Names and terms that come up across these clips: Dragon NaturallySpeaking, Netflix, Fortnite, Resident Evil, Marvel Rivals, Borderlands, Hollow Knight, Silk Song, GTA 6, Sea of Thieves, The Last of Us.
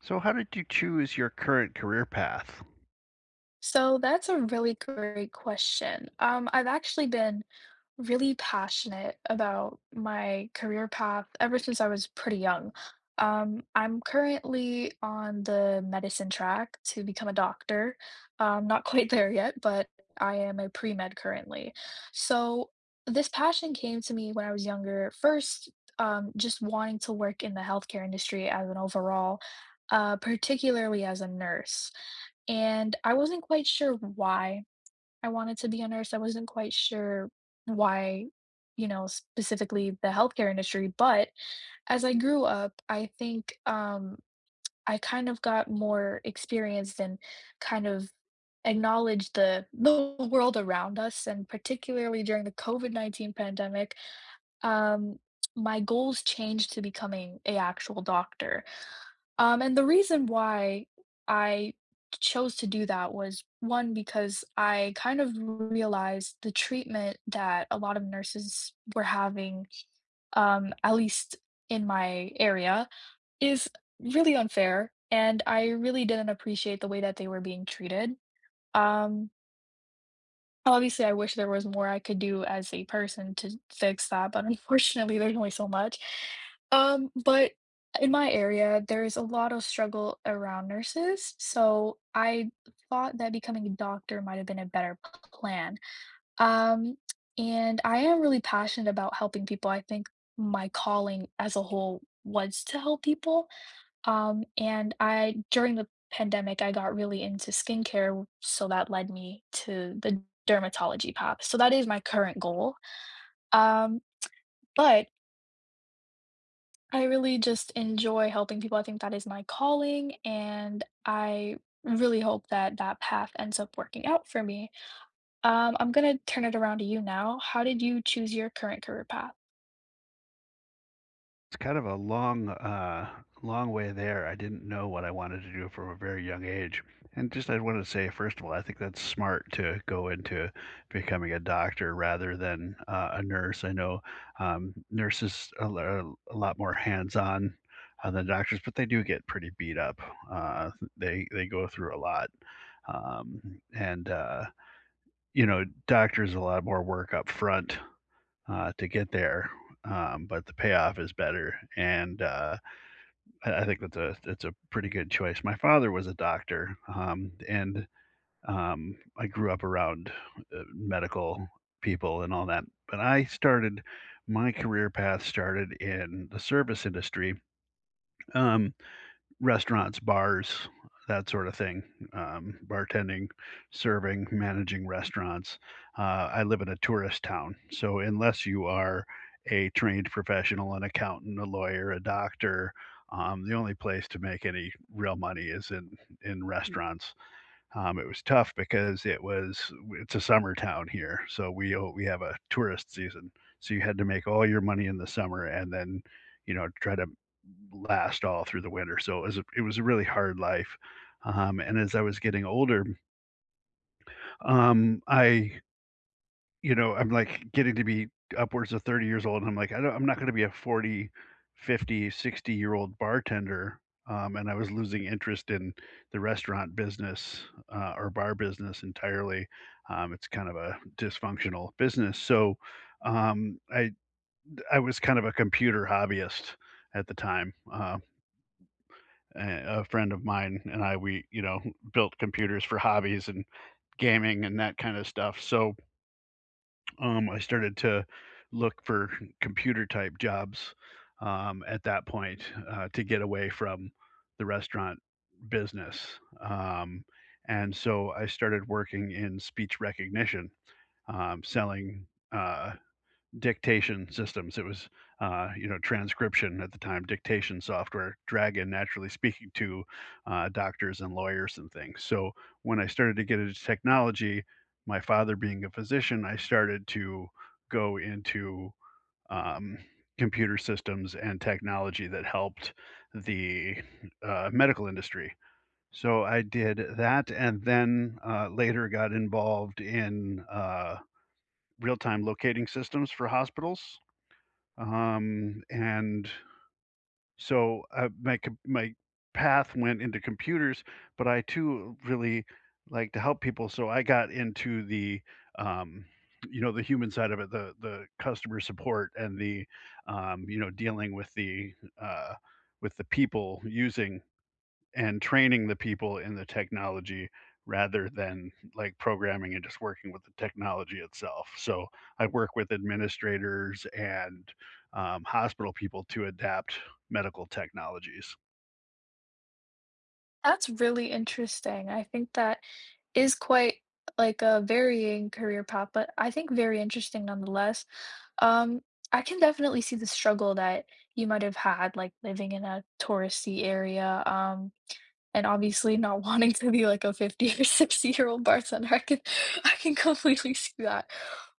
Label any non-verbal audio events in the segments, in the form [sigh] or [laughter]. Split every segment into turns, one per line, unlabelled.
So, how did you choose your current career path?
So that's a really great question. I've actually been really passionate about my career path ever since I was pretty young. I'm currently on the medicine track to become a doctor. Not quite there yet, but I am a pre-med currently. So this passion came to me when I was younger. First, just wanting to work in the healthcare industry as an overall, particularly as a nurse. And I wasn't quite sure why I wanted to be a nurse. I wasn't quite sure why, specifically the healthcare industry. But as I grew up, I think I kind of got more experienced and kind of acknowledged the world around us, and particularly during the COVID COVID-19 pandemic, um, my goals changed to becoming a actual doctor. And the reason why I chose to do that was one, because I kind of realized the treatment that a lot of nurses were having, at least in my area, is really unfair. And I really didn't appreciate the way that they were being treated. Um, obviously, I wish there was more I could do as a person to fix that, but [laughs] unfortunately, there's only so much. But in my area, there's a lot of struggle around nurses, so I thought that becoming a doctor might have been a better plan. Um, and I am really passionate about helping people. I think my calling as a whole was to help people. And I during the pandemic, I got really into skincare, so that led me to the dermatology path. So that is my current goal. Um, but I really just enjoy helping people. I think that is my calling, and I really hope that that path ends up working out for me. I'm going to turn it around to you now. How did you choose your current career path?
It's kind of a long way there. I didn't know what I wanted to do from a very young age. And just I wanted to say, first of all, I think that's smart to go into becoming a doctor rather than a nurse. I know nurses are a lot more hands-on than doctors, but they do get pretty beat up. Uh, they go through a lot, and you know, doctors a lot more work up front to get there, but the payoff is better, and I think that's a pretty good choice. My father was a doctor, and I grew up around medical people and all that, but I started my career path started in the service industry. Um, Restaurants, bars, that sort of thing, bartending, serving, managing restaurants. I live in a tourist town, so unless you are a trained professional, an accountant, a lawyer, a doctor, the only place to make any real money is in restaurants. It was tough because it's a summer town here, so we have a tourist season, so you had to make all your money in the summer and then, you know, try to last all through the winter, so it was a really hard life, and as I was getting older, I, you know, I'm, like, getting to be upwards of 30 years old, and I'm like, I'm not gonna be a 40, 50, 60-year-old bartender," and I was losing interest in the restaurant business, or bar business entirely. It's kind of a dysfunctional business, so, um, I I was kind of a computer hobbyist at the time. A friend of mine and I, we, you know, built computers for hobbies and gaming and that kinda stuff, so I started to look for computer type jobs, at that point, to get away from the restaurant business. And so I started working in speech recognition, selling, uh dictation systems. It was, you know, transcription at the time, dictation software, Dragon naturally speaking to doctors and lawyers and things. So when I started to get into technology, my father being a physician, I started to go into um, computer systems and technology that helped the medical industry. So I did that, and then later got involved in real time locating systems for hospitals. And so my path went into computers, but I too really like to help people, so I got into the, um, you know, the human side of it, the customer support and the, you know, dealing uh with the people using and training the people in the technology rather than like programming and just working with the technology itself. So I work with administrators and hospital people to adapt medical technologies.
That's really interesting. I think that is quite like a varying career path, but I think very interesting nonetheless. Um, I can definitely see the struggle that you might have had, like living in a touristy area. And obviously not wanting to be like a 50 or 60-year-old bartender, I can [laughs] I can completely see that.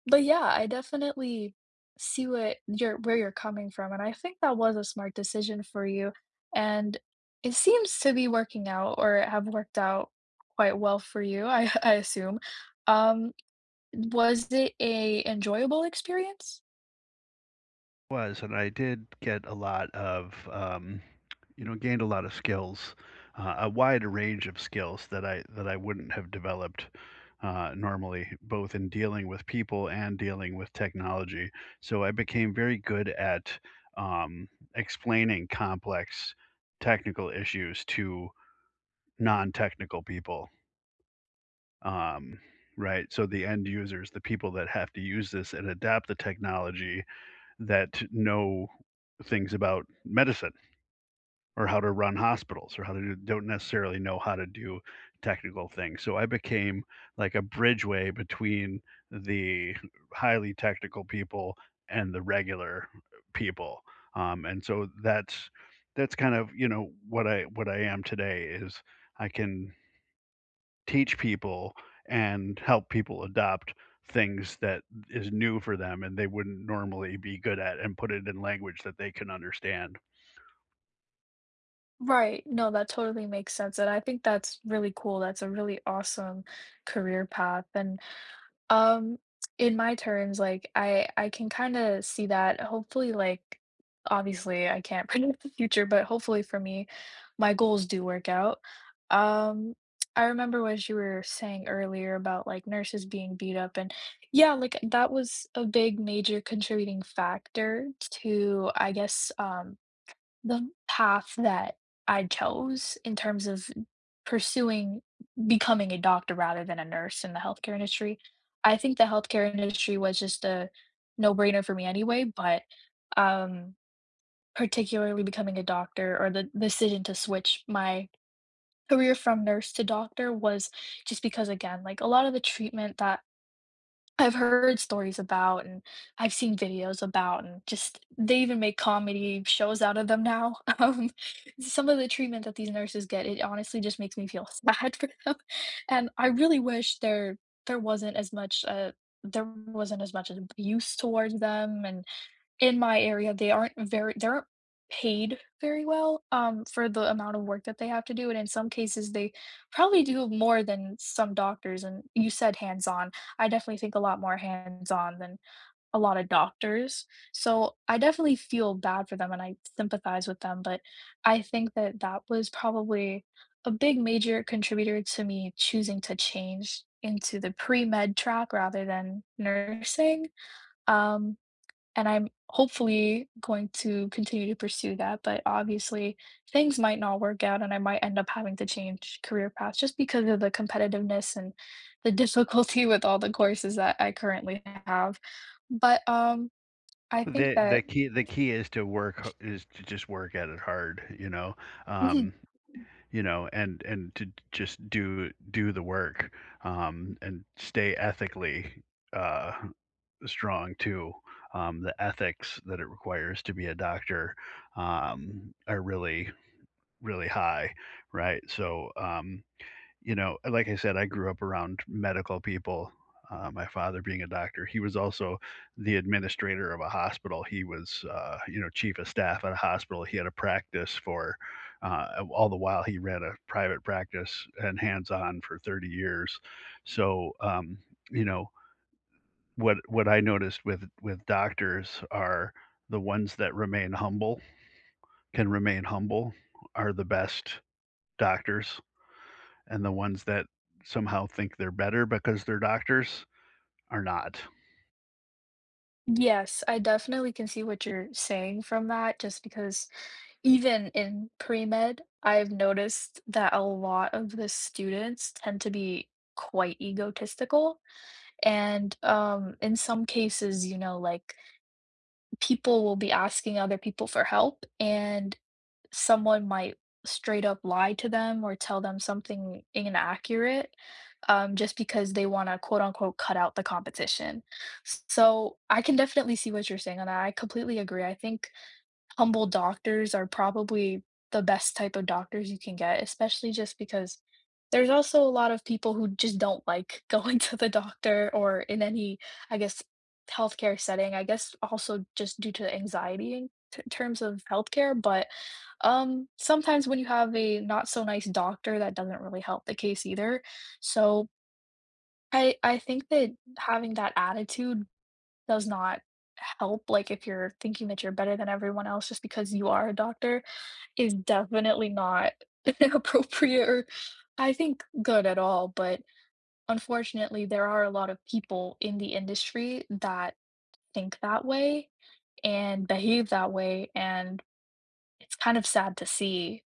But yeah, I definitely see what you're where you're coming from, and I think that was a smart decision for you, and it seems to be working out or have worked out quite well for you, I [laughs] I assume. Um, was it a enjoyable experience?
Was, and I did get a lot of, you know, gained a lot of skills, a wider range of skills that I wouldn't have developed normally, both in dealing with people and dealing with technology. So I became very good at um, explaining complex technical issues to non-technical people. Um, right, so the end users, the people that have to use this and adapt the technology that know things about medicine or how to run hospitals or how to do, don't necessarily know how to do technical things. So I became like a bridgeway between the highly technical people and the regular people. And so that's what I am today is I can teach people and help people adopt things that is new for them and they wouldn't normally be good at and put it in language that they can understand.
Right, no, that totally makes sense, and I think that's really cool, that's a really awesome career path, and Um, in my terms, like, I can kinda see that, hopefully, like obviously, I can't [laughs] predict the future, but hopefully for me, my goals do work out. Um, I remember what you were saying earlier about, like, nurses being beat up, and yeah, like, that was a big major contributing factor to, I guess, the path that I chose in terms of pursuing becoming a doctor rather than a nurse in the healthcare industry. I think the healthcare industry was just a no-brainer for me anyway, but, um, particularly becoming a doctor or the decision to switch my career from nurse to doctor was just because, again, like, a lot of the treatment that I've heard stories about and I've seen videos about and just they even make comedy shows out of them now. [laughs] Some of the treatment that these nurses get, it honestly just makes me feel [laughs] sad for them. [laughs] And I really wish there wasn't as much abuse towards them, and in my area, they aren't paid very well, for the amount of work that they have to do, and in some cases, they probably do more than some doctors, and you said hands-on. I definitely think a lot more hands-on than a lot of doctors, so I definitely feel bad for them, and I sympathize with them, but I think that that was probably a big major contributor to me choosing to change into the pre-med track rather than nursing, um and I'm hopefully going to continue to pursue that, but obviously things might not work out and I might end up having to change career paths just because of the competitiveness and the [laughs] difficulty with all the courses that I currently have. But I think
The
that
key is to just work at it hard,
Mhm.
um, you know, and to just do the work, and stay ethically, uh, strong too. The ethics that it requires to be a doctor, are really really high, right? So, you know, like I said, I grew up around medical people. My father being a doctor, he was also the administrator of a hospital. He was, you know, chief of staff at a hospital. He had a practice for, all the while he ran a private practice and hands on for 30 years. So, you know, what I noticed with doctors are the ones that remain humble can remain humble are the best doctors and the ones that somehow think they're better because they're doctors are not.
yes, I definitely can see what you're saying from that just because even in pre-med, I've noticed that a lot of the students tend to be quite egotistical. And in some cases, you know, like people will be asking other people for help, and someone might straight up lie to them or tell them something inaccurate, just because they want to quote unquote cut out the competition. So I can definitely see what you're saying on that. I completely agree. I think humble doctors are probably the best type of doctors you can get, especially just because there's also a lot of people who just don't like [laughs] going to the doctor or in any, I guess, healthcare setting. I guess also just due to anxiety in terms of healthcare. But sometimes when you have a not so nice doctor, that doesn't really help the case either. So I think that
Mhm.
having that attitude does not help, like, if you're thinking that you're better than everyone else just because you are a doctor, is definitely not [laughs] appropriate or I think good at all, but unfortunately, there are a lot of people in the industry that think that way and behave that way, and it's kind of sad to see.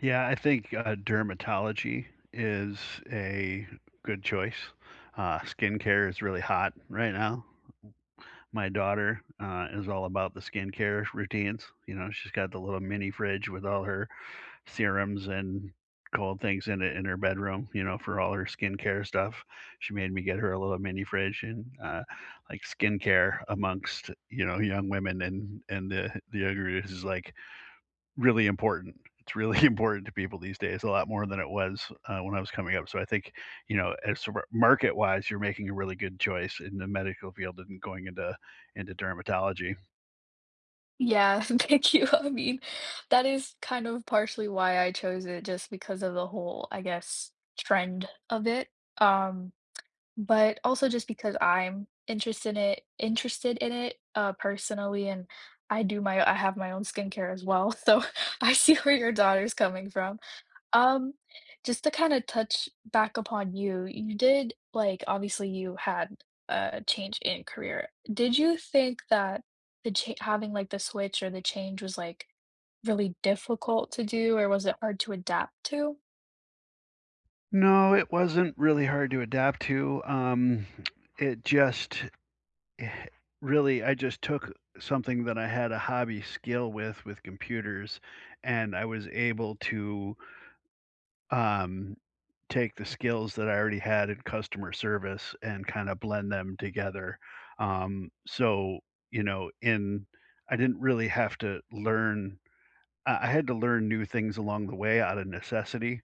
Yeah, I think dermatology is a good choice. Skincare is really hot right now. My daughter is all about the skincare routines. You know, she's got the little mini fridge with all her serums and cold things in it in her bedroom, you know, for all her skincare stuff. She made me get her a little mini fridge and, like, skincare amongst, you know, young women and the younger is, like, really important. It's really [laughs] important to people these days, a lot more than it was, when I was coming up. So I think, you know, as market-wise, you're making a really good choice in the medical field and going into dermatology.
Yeah, [laughs] thank you. I mean, that is kind of partially why I chose it just because of the whole, I guess, trend of it, um but also just because I'm interested in it personally, and I have my own skincare as well, [laughs] so I see where your daughter's coming from. Um, just to kind of touch back upon you, you did like obviously you had a change in career. Did you think that having like the switch or the change was like really difficult to do, or was it hard to adapt to?
No, it wasn't really hard to adapt to, it just eh, really, I just took something that I had a hobby skill with computers, and I was able to um, take the skills that I already had in customer service and kind of blend them together. Um, so, you know, in I didn't really have to learn. I had to learn new things along the way out of necessity,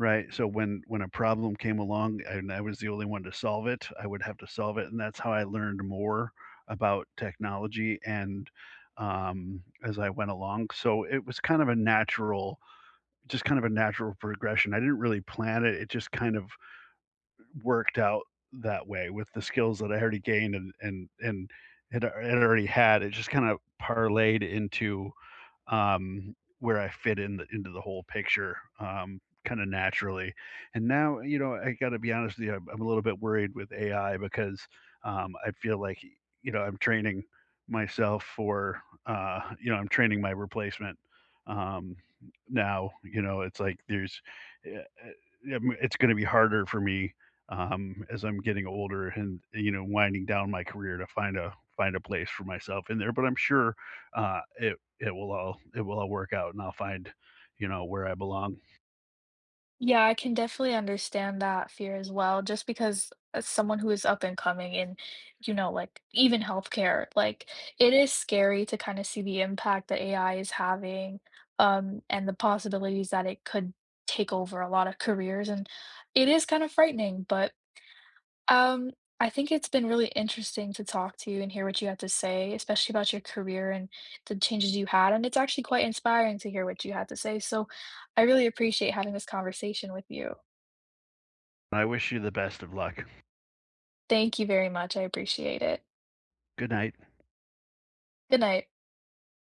right, so when a problem came along and I was the only one to solve it, I would have to solve it, and that's how I learned more about technology and, as I went along, so it was kind of a natural just kind of a natural progression. I didn't really plan it, it just kind of worked out that way with the skills that I already gained and had had already had, it just kinda parlayed into where I fit in into the whole picture, kind of naturally. And now, you know, I got to be honest with you, I'm a little bit worried with AI because I feel like, you know, I'm training myself for, you know, I'm training my replacement um, now. You know, it's like it's going to be harder for me as I'm getting older and you know winding down my career to find a find a place for myself in there, but I'm sure it, it will all work out and I'll find, you know, where I belong.
Yeah, I can definitely understand that fear as well, just because as someone who is up and coming in, you know, like even healthcare, like it is scary to kind of see the impact that AI is having, and the possibilities that it could take over a lot of careers. And it is kind of frightening, but um, I think it's been really interesting to talk to you and hear what you have to say, especially about your career and the changes you had. And it's actually quite inspiring to hear what you had to say. So I really appreciate having this conversation with you.
I wish you the best of luck.
Thank you very much. I appreciate it.
Good night.
Good night.